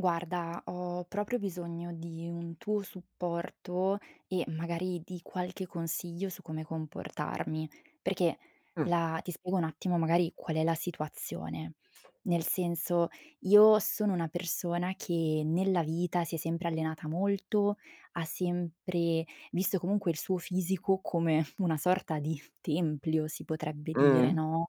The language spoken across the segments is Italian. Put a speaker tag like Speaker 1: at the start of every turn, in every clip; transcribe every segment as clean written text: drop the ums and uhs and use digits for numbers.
Speaker 1: Guarda, ho proprio bisogno di un tuo supporto e magari di qualche consiglio su come comportarmi, perché
Speaker 2: Mh,
Speaker 1: la ti spiego un attimo magari qual è la situazione. Nel senso, io sono una persona che nella vita si è sempre allenata molto, ha sempre visto comunque il suo fisico come una sorta di tempio, si potrebbe dire,
Speaker 2: mh,
Speaker 1: no?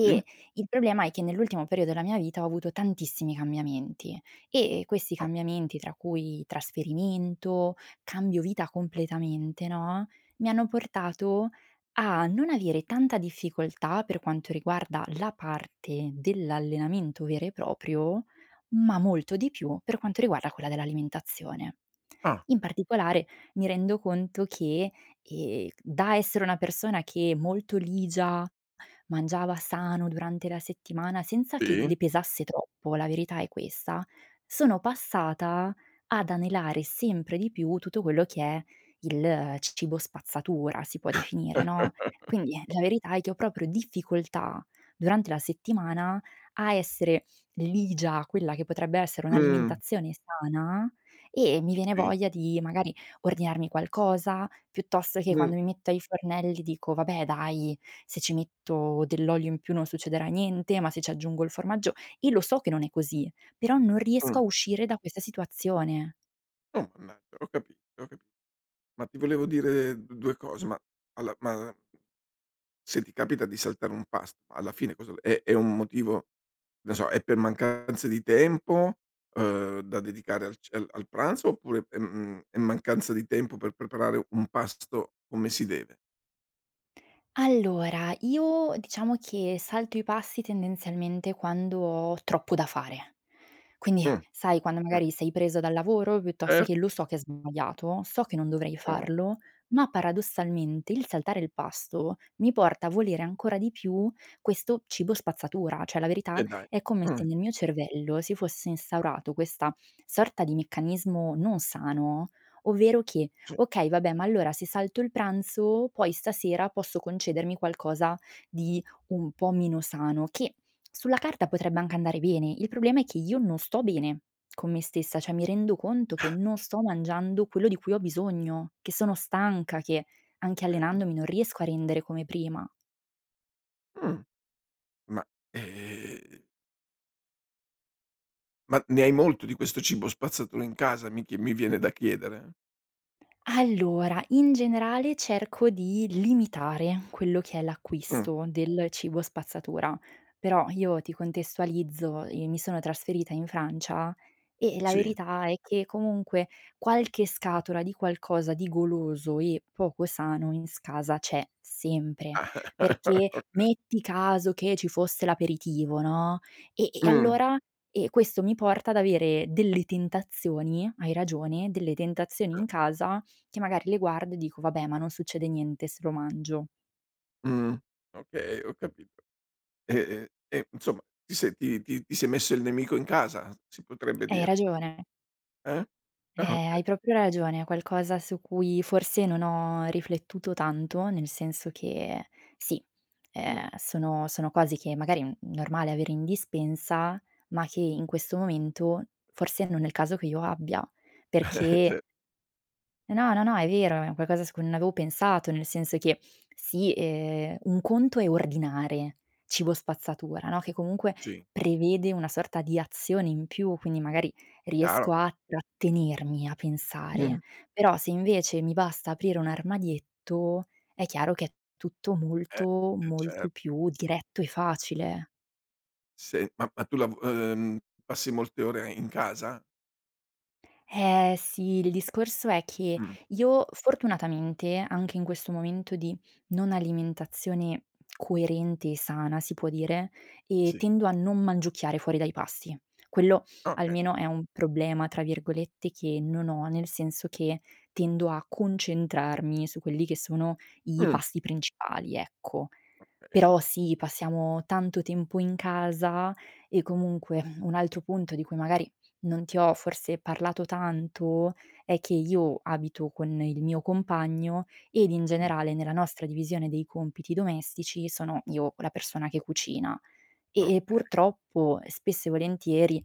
Speaker 2: sì.
Speaker 1: il problema è che nell'ultimo periodo della mia vita ho avuto tantissimi cambiamenti e questi cambiamenti, tra cui trasferimento, cambio vita completamente, no, mi hanno portato a non avere tanta difficoltà per quanto riguarda la parte dell'allenamento vero e proprio, ma molto di più per quanto riguarda quella dell'alimentazione.
Speaker 2: Ah,
Speaker 1: In particolare mi rendo conto che, da essere una persona che è molto ligia, mangiava sano durante la settimana senza che
Speaker 2: sì,
Speaker 1: le pesasse troppo, la verità è questa, sono passata ad anelare sempre di più tutto quello che è il cibo spazzatura, si può definire, no, quindi la verità è che ho proprio difficoltà durante la settimana a essere ligia, a quella che potrebbe essere
Speaker 2: mh,
Speaker 1: un'alimentazione sana e mi viene
Speaker 2: sì,
Speaker 1: voglia di magari ordinarmi qualcosa, piuttosto che
Speaker 2: mh,
Speaker 1: quando mi metto ai fornelli dico: "Vabbè dai, se ci metto dell'olio in più non succederà niente, ma se ci aggiungo il formaggio io lo so che non è così, però non riesco
Speaker 2: mh.
Speaker 1: a uscire da questa situazione."
Speaker 2: Oh mannaggia, ho capito, ho capi ma ti volevo dire 2 cose, ma alla ma se ti capita di saltare un pasto, alla fine cosa è un motivo, non so, è per mancanza di tempo, da dedicare al c al al pranzo, oppure è mancanza di tempo per preparare un pasto come si deve?
Speaker 1: Allora, io diciamo che salto i passi tendenzialmente quando ho troppo da fare.
Speaker 2: Mh,
Speaker 1: Quindi, sai, quando magari
Speaker 2: okay,
Speaker 1: sei preso dal lavoro, piuttosto che lo
Speaker 2: certo,
Speaker 1: so che è sbagliato, so che non dovrei
Speaker 2: mh,
Speaker 1: farlo, ma paradossalmente il saltare il pasto mi porta a volere ancora di più questo cibo spazzatura. Cioè, la
Speaker 2: e
Speaker 1: verità
Speaker 2: dai,
Speaker 1: è come
Speaker 2: mh,
Speaker 1: se nel mio cervello si fosse instaurato questa sorta di meccanismo non sano, ovvero che:
Speaker 2: sì,
Speaker 1: "Okay, vabbè, ma allora se salto il pranzo, poi stasera posso concedermi qualcosa di un po' meno sano", che sulla carta potrebbe anche andare bene, il problema è che io non sto bene con me stessa, cioè mi rendo conto che non sto mangiando quello di cui ho bisogno, che sono stanca, che anche
Speaker 2: okay,
Speaker 1: allenandomi non riesco a rendere come prima.
Speaker 2: mh, ma, ehm Ma ne hai molto di questo cibo spazzatura in casa? Mi viene da chiedere.
Speaker 1: Allora, in generale cerco di limitare quello che è
Speaker 2: Mh,
Speaker 1: l'acquisto del cibo spazzatura, però io ti contestualizzo, mi sono trasferita in Francia e la
Speaker 2: sì.
Speaker 1: verità è che comunque qualche scatola di qualcosa di goloso e poco sano in s casa c'è sempre, perché metti caso che ci fosse l'aperitivo, no, e
Speaker 2: Mh,
Speaker 1: allora e questo mi porta ad avere delle tentazioni, hai ragione, delle tentazioni in casa che magari le guardo e dico: "Vabbè, ma non succede niente se lo mangio".
Speaker 2: mh, okay, ho capito. E insomma ti sei messo il nemico in casa, si potrebbe
Speaker 1: Hai
Speaker 2: dire,
Speaker 1: ragione,
Speaker 2: eh? Ah, okay.
Speaker 1: hai proprio ragione, è qualcosa su cui forse non ho riflettuto tanto, nel senso che sì,
Speaker 2: Mh.
Speaker 1: sono cose che magari è normale avere in dispensa, ma che in questo momento forse non è il caso che io abbia, perché
Speaker 2: Ce
Speaker 1: eh, no, no, no, è vero, è qualcosa su cui non avevo pensato, nel senso che sì, un conto è ordinare cibo spazzatura, no, che comunque
Speaker 2: sì,
Speaker 1: prevede una sorta di azione in più, quindi magari riesco
Speaker 2: chiaro.
Speaker 1: a trattenermi, a pensare.
Speaker 2: Mh.
Speaker 1: Però se invece mi basta aprire un armadietto, è chiaro che è tutto
Speaker 2: Eh,
Speaker 1: molto,
Speaker 2: eh
Speaker 1: molto
Speaker 2: certo.
Speaker 1: più diretto e facile.
Speaker 2: Se ma ma tu lav passi molte ore in casa?
Speaker 1: Eh sì, il discorso è che
Speaker 2: Mh,
Speaker 1: io fortunatamente, anche in questo momento di non alimentazione coerente e sana, si può dire,
Speaker 2: sì.
Speaker 1: tendo a non mangiucchiare fuori dai pasti. Quello
Speaker 2: Okay.
Speaker 1: almeno è un "problema" tra virgolette che non ho, nel senso che tendo a concentrarmi su quelli che sono i
Speaker 2: Mh,
Speaker 1: pasti principali, ecco.
Speaker 2: okay.
Speaker 1: Però sì, passiamo tanto tempo in casa e comunque un altro punto di cui magari non ti ho forse parlato tanto è che io abito con il mio compagno ed in
Speaker 2: Mh,
Speaker 1: generale nella nostra divisione dei compiti domestici sono io la persona che cucina
Speaker 2: o
Speaker 1: e purtroppo spesso e volentieri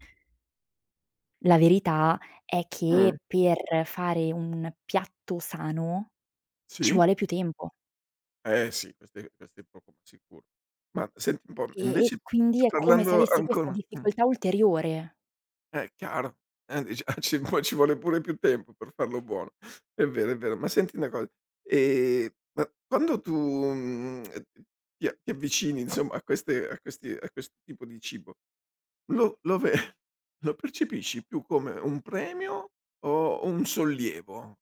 Speaker 1: la verità è
Speaker 2: mh,
Speaker 1: che per fare un piatto sano ci
Speaker 2: sì.
Speaker 1: vuole più tempo
Speaker 2: Eh sì, questo è poco ma sicuro. Ma senti un po', e
Speaker 1: e
Speaker 2: invece
Speaker 1: e quindi è come se
Speaker 2: parlando
Speaker 1: avessi questa
Speaker 2: ancora,
Speaker 1: difficoltà ulteriore.
Speaker 2: chiaro, dici: "Ah ci vuo ci vuole pure più tempo per farlo buono." È vero, è vero. Ma senti una cosa, ehm, ma quando tu, mhmm, ti a ti avvicini insomma a queste a questi a questo tipo di cibo, lo lo ve lo percepisci più come un premio o un sollievo?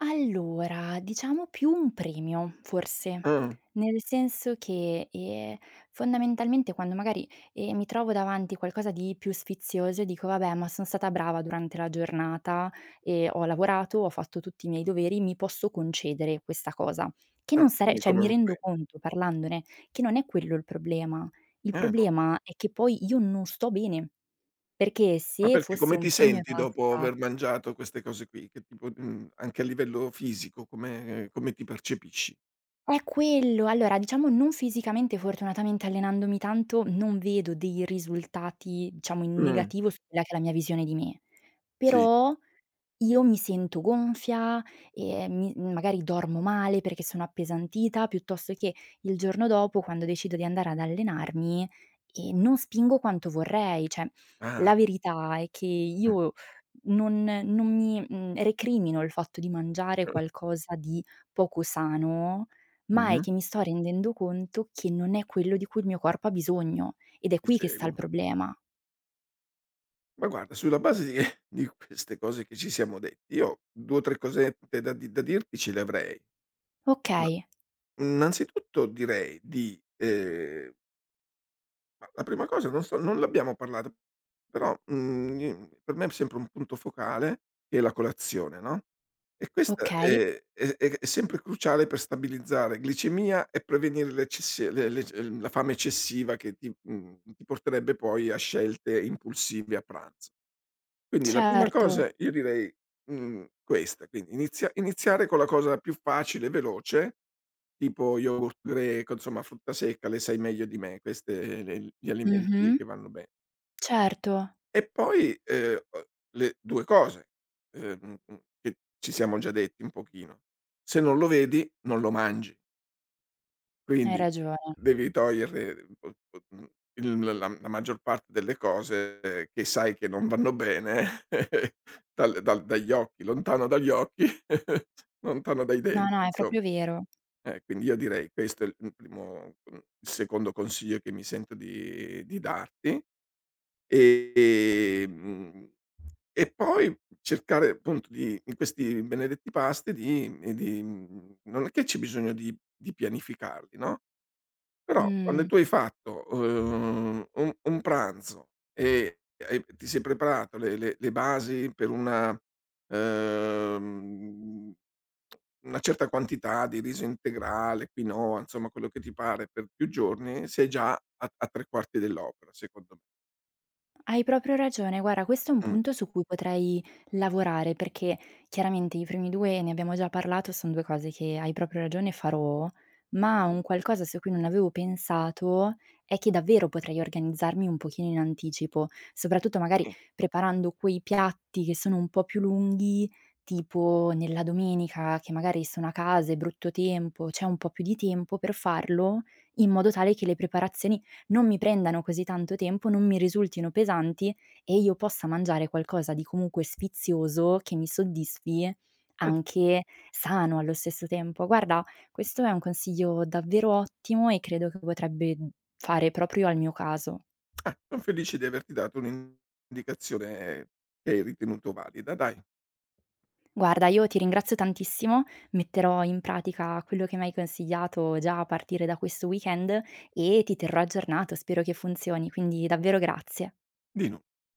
Speaker 1: Allora, diciamo più un premio forse,
Speaker 2: Ah,
Speaker 1: nel senso che, fondamentalmente quando magari, mi trovo davanti qualcosa di più sfizioso, dico: "Vabbè, ma son stata brava durante la giornata e ho lavorato, ho fatto tutti i miei doveri, mi posso concedere questa cosa." Che
Speaker 2: ah,
Speaker 1: non sare
Speaker 2: quindi
Speaker 1: cioè
Speaker 2: come
Speaker 1: mi
Speaker 2: un
Speaker 1: rendo
Speaker 2: pre,
Speaker 1: conto parlandone che non è quello il problema. Il
Speaker 2: eh.
Speaker 1: problema è che poi io non sto bene, perché
Speaker 2: Ma
Speaker 1: se
Speaker 2: perché
Speaker 1: fosse
Speaker 2: come
Speaker 1: un
Speaker 2: ti
Speaker 1: premio e
Speaker 2: senti dopo
Speaker 1: basta,
Speaker 2: aver mangiato queste cose qui? Che tipo, anche a livello fisico, come ti percepisci?
Speaker 1: è quello. Allora, diciamo non fisicamente, fortunatamente allenandomi tanto, non vedo dei risultati, diciamo, in
Speaker 2: Mh,
Speaker 1: negativo su quella che è la mia visione di me.
Speaker 2: sì.
Speaker 1: Però io mi sento gonfia e mi magari dormo male perché sono appesantita, piuttosto che il giorno dopo quando decido di andare ad allenarmi, non spingo quanto vorrei. Cioè,
Speaker 2: Ah,
Speaker 1: la verità è che
Speaker 2: mh,
Speaker 1: io non mi, recrimino il fatto di mangiare qualcosa di poco sano, ma è
Speaker 2: mh-mh,
Speaker 1: che mi sto rendendo conto che non è quello di cui il mio corpo ha bisogno, ed è
Speaker 2: ti
Speaker 1: qui che sta
Speaker 2: seguo.
Speaker 1: il problema.
Speaker 2: Ma guarda, sulla base di di queste cose che ci siamo detti, io 2 o 3 cosette da dirti ce le avrei. Ma
Speaker 1: Okay,
Speaker 2: innanzitutto direi Ma la prima cosa non so non l'abbiamo parlata, però, mhmm, i per me è sempre un punto focale che è la colazione, no, e questa
Speaker 1: okay,
Speaker 2: è sempre cruciale per stabilizzare glicemia e prevenire le eccessi le la fame eccessiva che ti porterebbe poi a scelte impulsive a pranzo. Quindi la prima
Speaker 1: certo.
Speaker 2: cosa io direi, questa, quindi iniziare con la cosa più facile e veloce, tipo yogurt greco, insomma frutta secca, le sai meglio di me queste, le gli alimenti
Speaker 1: Mh-mh,
Speaker 2: che vanno bene.
Speaker 1: certo.
Speaker 2: E poi, le 2 cose, ehm, che ci siamo già detti un pochino: se non lo vedi non lo mangi.
Speaker 1: Hai
Speaker 2: Quindi
Speaker 1: ragione.
Speaker 2: devi toglierle o mhmm, il la la la maggior parte delle cose che sai che non vanno bene, dal dal dagli occhi, lontano dagli occhi, lontano dai
Speaker 1: No, no,
Speaker 2: denti
Speaker 1: è
Speaker 2: insom,
Speaker 1: proprio vero.
Speaker 2: quindi io direi questo è il primo, il secondo consiglio che mi sento di darti. Ehm, e poi cercare appunto di in questi benedetti pasti non è che c'è bisogno di pianificarli, no, però quando
Speaker 1: Mh.
Speaker 2: tu hai fatto, un pranzo e ti sei preparato le basi per uhm, una certa quantità di riso integrale, quinoa, insomma quello che ti pare per più giorni, sei già a 3 quarti dell'opera secondo me.
Speaker 1: Hai proprio ragione. Guarda, questo è un
Speaker 2: Mh.
Speaker 1: punto su cui potrei lavorare, perché chiaramente i primi 2 ne abbiamo già parlato, son 2 cose che hai proprio ragione farò, ma un qualcosa su cui non avevo pensato è che davvero potrei organizzarmi un pochino in anticipo, soprattutto magari preparando quei piatti che sono un po' più lunghi, tipo nella domenica che magari sono a casa, è brutto tempo, c'è un po' più di tempo per farlo, in modo tale che le preparazioni non mi prendano così tanto tempo, non mi risultino pesanti e io possa mangiare qualcosa di comunque sfizioso che mi soddisfi,
Speaker 2: Mh.
Speaker 1: anche sano allo stesso tempo. Guarda, questo è un consiglio davvero ottimo e credo che potrebbe fare proprio al mio caso.
Speaker 2: Ah, son felice di averti dato un'indicazione che hai ritenuto valida. Dai,
Speaker 1: Guarda, io ti ringrazio tantissimo, metterò in pratica quello che mi hai consigliato già a partire da questo weekend e ti terrò aggiornato, spero che funzioni, quindi davvero grazie.
Speaker 2: di nu